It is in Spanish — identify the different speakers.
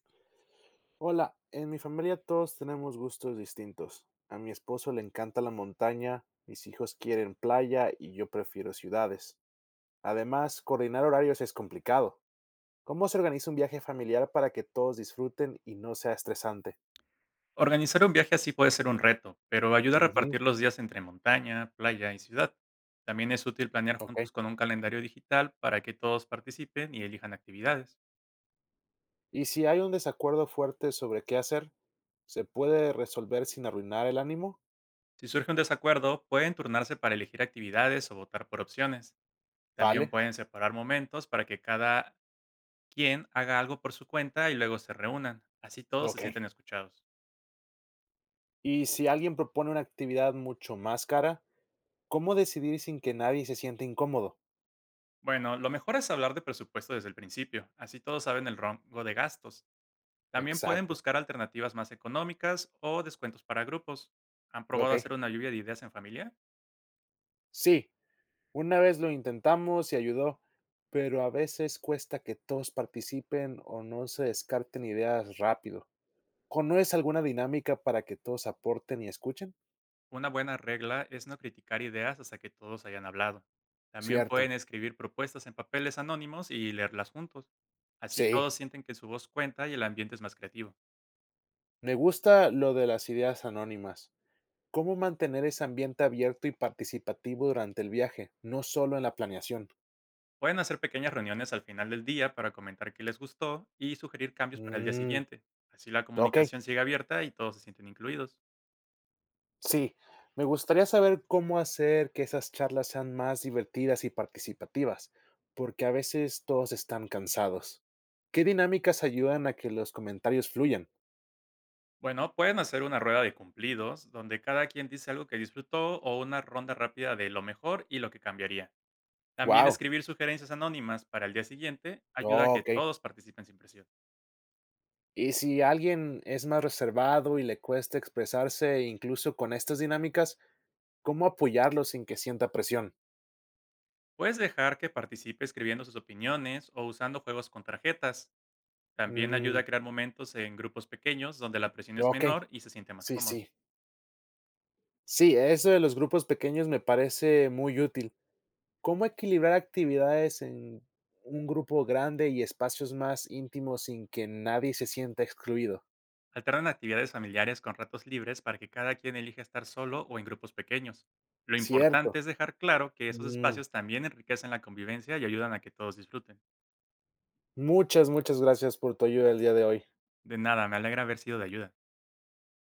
Speaker 1: Hola, en mi familia todos tenemos gustos distintos. A mi esposo le encanta la montaña, mis hijos quieren playa y yo prefiero ciudades. Además, coordinar horarios es complicado. ¿Cómo se organiza un viaje familiar para que todos disfruten y no sea estresante?
Speaker 2: Organizar un viaje así puede ser un reto, pero ayuda a
Speaker 1: Ujú,
Speaker 2: repartir los días entre montaña, playa y ciudad. También es útil planear
Speaker 1: ok.
Speaker 2: juntos con un calendario digital para que todos participen y elijan actividades.
Speaker 1: Y si hay un desacuerdo fuerte sobre qué hacer, ¿se puede resolver sin arruinar el ánimo?
Speaker 2: Si surge un desacuerdo, pueden turnarse para elegir actividades o votar por opciones. También
Speaker 1: Vale,
Speaker 2: pueden separar momentos para que cada quien haga algo por su cuenta y luego se reúnan. Así todos se
Speaker 1: ok.
Speaker 2: sienten escuchados.
Speaker 1: Y si alguien propone una actividad mucho más cara, ¿cómo decidir sin que nadie se sienta incómodo?
Speaker 2: Bueno, lo mejor es hablar de presupuesto desde el principio, así todos saben el rango de gastos. También pueden
Speaker 1: Exacto.
Speaker 2: buscar alternativas más económicas o descuentos para grupos. ¿Han probado
Speaker 1: Ok.
Speaker 2: hacer una lluvia de ideas en familia?
Speaker 1: Sí, una vez lo intentamos y ayudó, pero a veces cuesta que todos participen o no se descarten ideas rápido. ¿Conoces alguna dinámica para que todos aporten y escuchen?
Speaker 2: Una buena regla es no criticar ideas hasta que todos hayan hablado. También pueden
Speaker 1: Cierto.
Speaker 2: escribir propuestas en papeles anónimos y leerlas juntos. Así
Speaker 1: Sí.
Speaker 2: todos sienten que su voz cuenta y el ambiente es más creativo.
Speaker 1: Me gusta lo de las ideas anónimas. ¿Cómo mantener ese ambiente abierto y participativo durante el viaje, no solo en la planeación?
Speaker 2: Pueden hacer pequeñas reuniones al final del día para comentar qué les gustó y sugerir cambios para el día
Speaker 1: Mm,
Speaker 2: siguiente. Así la
Speaker 1: ok.
Speaker 2: comunicación sigue abierta y todos se sienten incluidos.
Speaker 1: Sí, me gustaría saber cómo hacer que esas charlas sean más divertidas y participativas, porque a veces todos están cansados. ¿Qué dinámicas ayudan a que los comentarios fluyan?
Speaker 2: Bueno, pueden hacer una rueda de cumplidos, donde cada quien dice algo que disfrutó, o una ronda rápida de lo mejor y lo que cambiaría. También
Speaker 1: Wow,
Speaker 2: escribir sugerencias anónimas para el día siguiente ayuda a que
Speaker 1: ok.
Speaker 2: todos participen sin presión.
Speaker 1: Y si alguien es más reservado y le cuesta expresarse incluso con estas dinámicas, ¿cómo apoyarlo sin que sienta presión?
Speaker 2: Puedes dejar que participe escribiendo sus opiniones o usando juegos con tarjetas. También
Speaker 1: Mm,
Speaker 2: ayuda a crear momentos en grupos pequeños donde la presión es
Speaker 1: ok,
Speaker 2: menor y se siente más
Speaker 1: sí,
Speaker 2: cómodo.
Speaker 1: sí. Sí, eso de los grupos pequeños me parece muy útil. ¿Cómo equilibrar actividades en un grupo grande y espacios más íntimos sin que nadie se sienta excluido?
Speaker 2: Alternan actividades familiares con ratos libres para que cada quien elija estar solo o en grupos pequeños. Lo importante
Speaker 1: Cierto.
Speaker 2: es dejar claro que esos
Speaker 1: Mm,
Speaker 2: espacios también enriquecen la convivencia y ayudan a que todos disfruten.
Speaker 1: Muchas, muchas gracias por tu ayuda el día de hoy.
Speaker 2: De nada, me alegra haber sido de ayuda.